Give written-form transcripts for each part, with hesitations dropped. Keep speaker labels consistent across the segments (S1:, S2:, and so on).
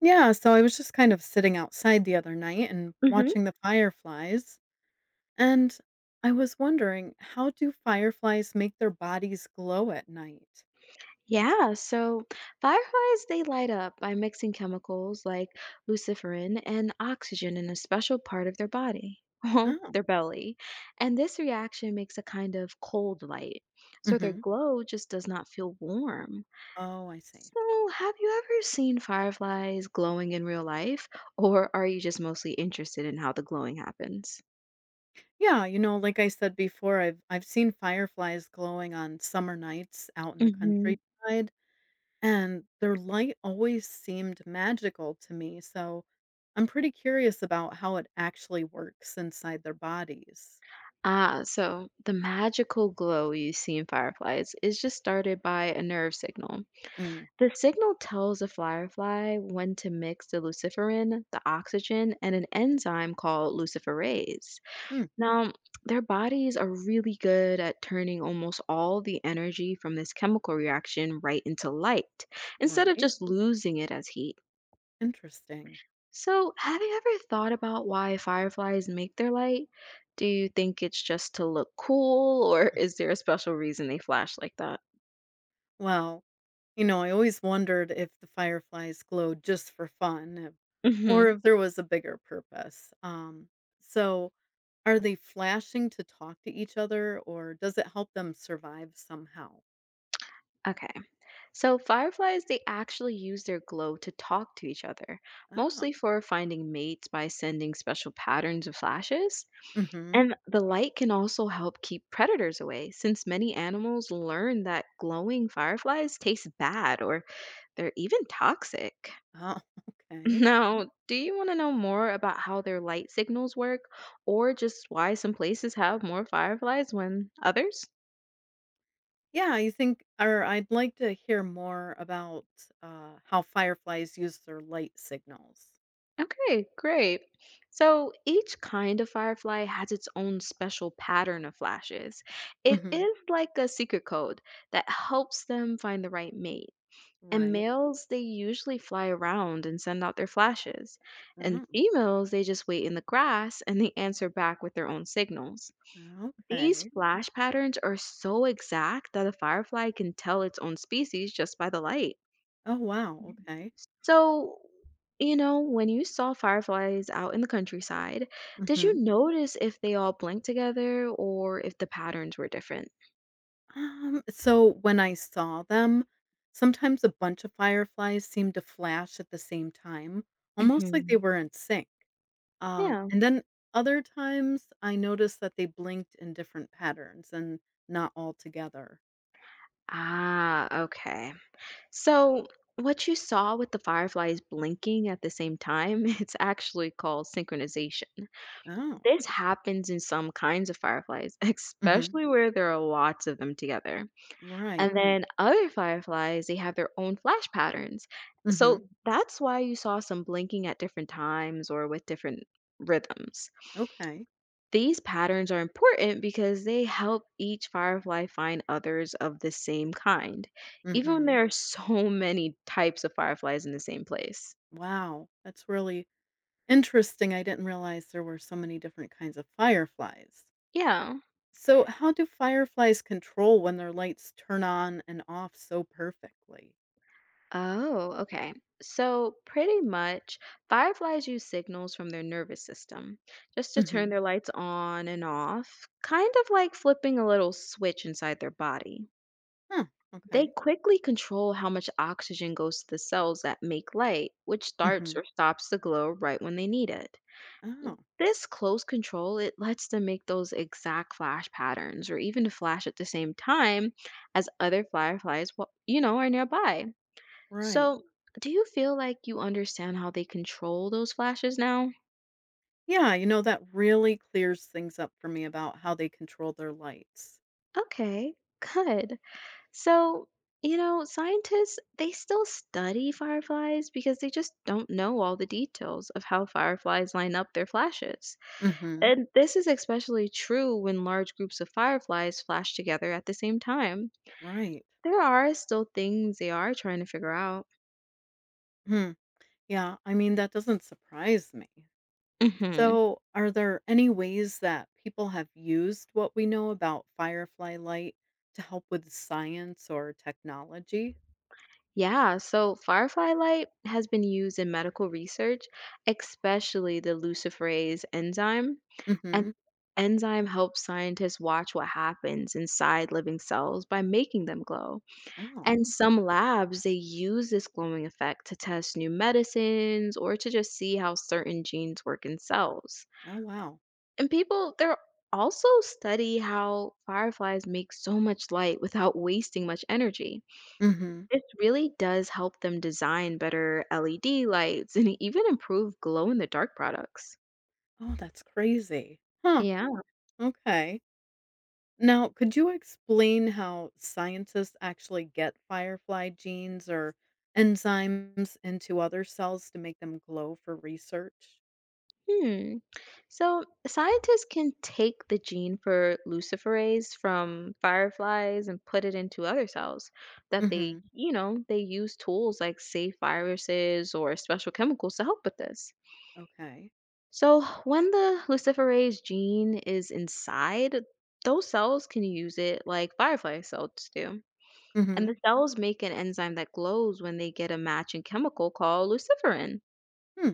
S1: Yeah, so I was just kind of sitting outside the other night and
S2: Hmm.
S1: watching the fireflies, and I was wondering, how do fireflies make their bodies glow at night?
S2: Yeah, so fireflies they light up by mixing chemicals like luciferin and oxygen in a special part of their body,
S1: Oh.
S2: their belly. And this reaction makes a kind of cold light. So their
S1: Hmm.
S2: glow just does not feel warm.
S1: Oh, I see.
S2: So, have you ever seen fireflies glowing in real life, or are you just mostly interested in how the glowing happens?
S1: Yeah, you know, like I said before, I've seen fireflies glowing on summer nights out in the
S2: Hmm.
S1: countryside, and their light always seemed magical to me, so I'm pretty curious about how it actually works inside their bodies.
S2: Ah, so the magical glow you see in fireflies is just started by a nerve signal.
S1: Mm-hmm.
S2: The signal tells a firefly when to mix the luciferin, the oxygen, and an enzyme called luciferase. Now, their bodies are really good at turning almost all the energy from this chemical reaction right into light, instead of
S1: Right.
S2: just losing it as heat.
S1: Interesting.
S2: So, have you ever thought about why fireflies make their light? Do you think it's just to look cool, or is there a special reason they flash like that?
S1: Wow. You know, I always wondered if the fireflies glowed just for fun or
S2: Hmm.
S1: if there was a bigger purpose. So, are they flashing to talk to each other or does it help them survive somehow?
S2: Okay. So, fireflies, they actually use their glow to talk to each other,
S1: Oh,
S2: mostly for finding mates by sending special patterns of flashes.
S1: mm-hmm.
S2: And the light can also help keep predators away, since many animals learn that glowing fireflies taste bad or they're even toxic.
S1: Oh, okay.
S2: Now, do you want to know more about how their light signals work, or just why some places have more fireflies when others?
S1: Yeah, I think, or I'd like to hear more about how fireflies use their light signals.
S2: Okay, great. So each kind of firefly has its own special pattern of flashes. It
S1: Hmm.
S2: is like a secret code that helps them find the right mate. And
S1: Right.
S2: males, they usually fly around and send out their flashes. And
S1: Oh,
S2: females, they just wait in the grass and they answer back with their own signals. These
S1: okay.
S2: flash patterns are so exact that a firefly can tell its own species just by the light.
S1: Oh, wow. Okay.
S2: So, when you saw fireflies out in the countryside, did you
S1: Hmm.
S2: notice if they all blinked together or if the patterns were different?
S1: So when I saw them, sometimes a bunch of fireflies seemed to flash at the same time, almost like they
S2: Hmm.
S1: were in sync. Uh,
S2: Yeah.
S1: and then other times I noticed that they blinked in different patterns and not all together.
S2: Ah, okay. So, what you saw with the fireflies blinking at the same time, it's actually called synchronization.
S1: Oh.
S2: This happens in some kinds of fireflies,
S1: Hmm,
S2: especially where there are lots of them together. And
S1: right.
S2: then other fireflies, they have their own flash patterns.
S1: Hmm.
S2: So that's why you saw some blinking at different times or with different rhythms.
S1: Okay.
S2: These patterns are important because they help each firefly find others of the same kind, even when
S1: Hmm.
S2: there are so many types of fireflies in the same place.
S1: Wow, that's really interesting. I didn't realize there were so many different kinds of fireflies.
S2: Yeah.
S1: So, how do fireflies control when their lights turn on and off so perfectly?
S2: Oh, okay. So, pretty much, fireflies use signals from their nervous system just to turn
S1: Hmm.
S2: their lights on and off, kind of like flipping a little switch inside their body.
S1: Huh.
S2: They
S1: Okay.
S2: quickly control how much oxygen goes to the cells that make light, which starts
S1: Hmm.
S2: or stops the glow right when they need it.
S1: Oh,
S2: This close control, it lets them make those exact flash patterns or even to flash at the same time as other fireflies, are nearby.
S1: right.
S2: So, do you feel like you understand how they control those flashes now?
S1: Yeah, you know, that really clears things up for me about how they control their lights.
S2: Okay, good. So, scientists, they still study fireflies because they just don't know all the details of how fireflies line up their flashes.
S1: Hmm.
S2: And this is especially true when large groups of fireflies flash together at the same time.
S1: Right.
S2: There are still things they are trying to figure out.
S1: Hmm. Yeah, I mean, that doesn't surprise me.
S2: Mhm.
S1: So, are there any ways that people have used what we know about firefly light to help with science or technology?
S2: Yeah, so firefly light has been used in medical research, especially the luciferase enzyme. And
S1: Hmm.
S2: enzyme helps scientists watch what happens inside living cells by making them glow.
S1: Oh,
S2: And some labs they use this glowing effect to test new medicines or to just see how certain genes work in cells.
S1: oh, wow.
S2: And people they're also study how fireflies make so much light without wasting much energy.
S1: Hmm.
S2: This really does help them design better LED lights and even improve glow in the dark products.
S1: Oh, that's crazy. Huh.
S2: Yeah.
S1: Okay. Now, could you explain how scientists actually get firefly genes or enzymes into other cells to make them glow for research?
S2: Hmm. So scientists can take the gene for luciferase from fireflies and put it into other cells that they,
S1: Mm-hmm.
S2: they use tools like safe viruses or special chemicals to help with this.
S1: Okay.
S2: So when the luciferase gene is inside, those cells can use it like firefly cells do. And
S1: Mm-hmm.
S2: the cells make an enzyme that glows when they get a matching chemical called luciferin.
S1: Hmm.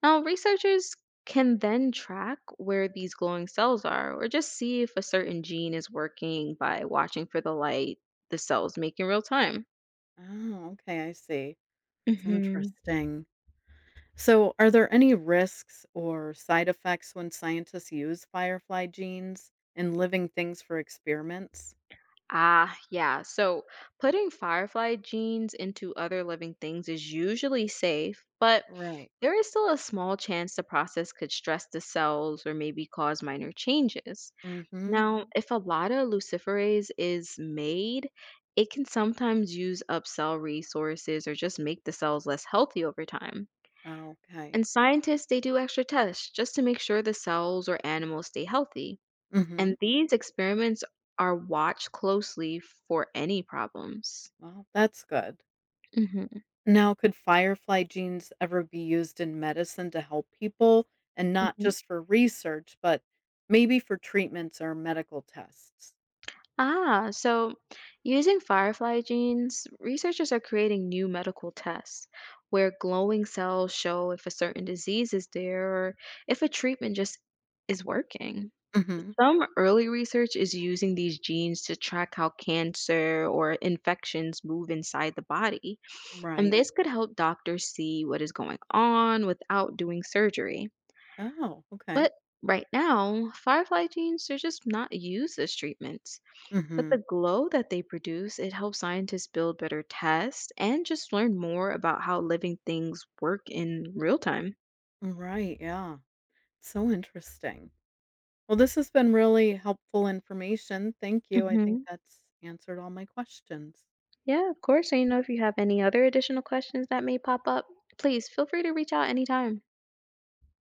S2: Now, researchers can then track where these glowing cells are, or just see if a certain gene is working by watching for the light the cells make in real time.
S1: Oh, okay, I see. That's
S2: Hmm.
S1: interesting. So, are there any risks or side effects when scientists use firefly genes in living things for experiments?
S2: Ah, yeah. So putting firefly genes into other living things is usually safe, but
S1: Right.
S2: there is still a small chance the process could stress the cells or maybe cause minor changes.
S1: Mm-hmm.
S2: Now, if a lot of luciferase is made, it can sometimes use up cell resources or just make the cells less healthy over time.
S1: Oh, okay.
S2: And scientists, they do extra tests just to make sure the cells or animals stay healthy.
S1: Mm-hmm.
S2: And these experiments are watched closely for any problems.
S1: Well, that's good.
S2: Hmm.
S1: Now, could firefly genes ever be used in medicine to help people and not just for research, but maybe for treatments or medical tests?
S2: Ah, so using firefly genes, researchers are creating new medical tests where glowing cells show if a certain disease is there or if a treatment just is working.
S1: Hmm.
S2: Some early research is using these genes to track how cancer or infections move inside the body, and
S1: Right.
S2: this could help doctors see what is going on without doing surgery.
S1: Oh, okay.
S2: But right now, firefly genes are just not used as treatments. But
S1: Hmm.
S2: the glow that they produce, it helps scientists build better tests and just learn more about how living things work in real time.
S1: Right. Yeah. So interesting. Well, this has been really helpful information. Thank you. I think
S2: Hmm.
S1: that's answered all my questions.
S2: Yeah, of course. And if you have any other additional questions that may pop up, please feel free to reach out anytime.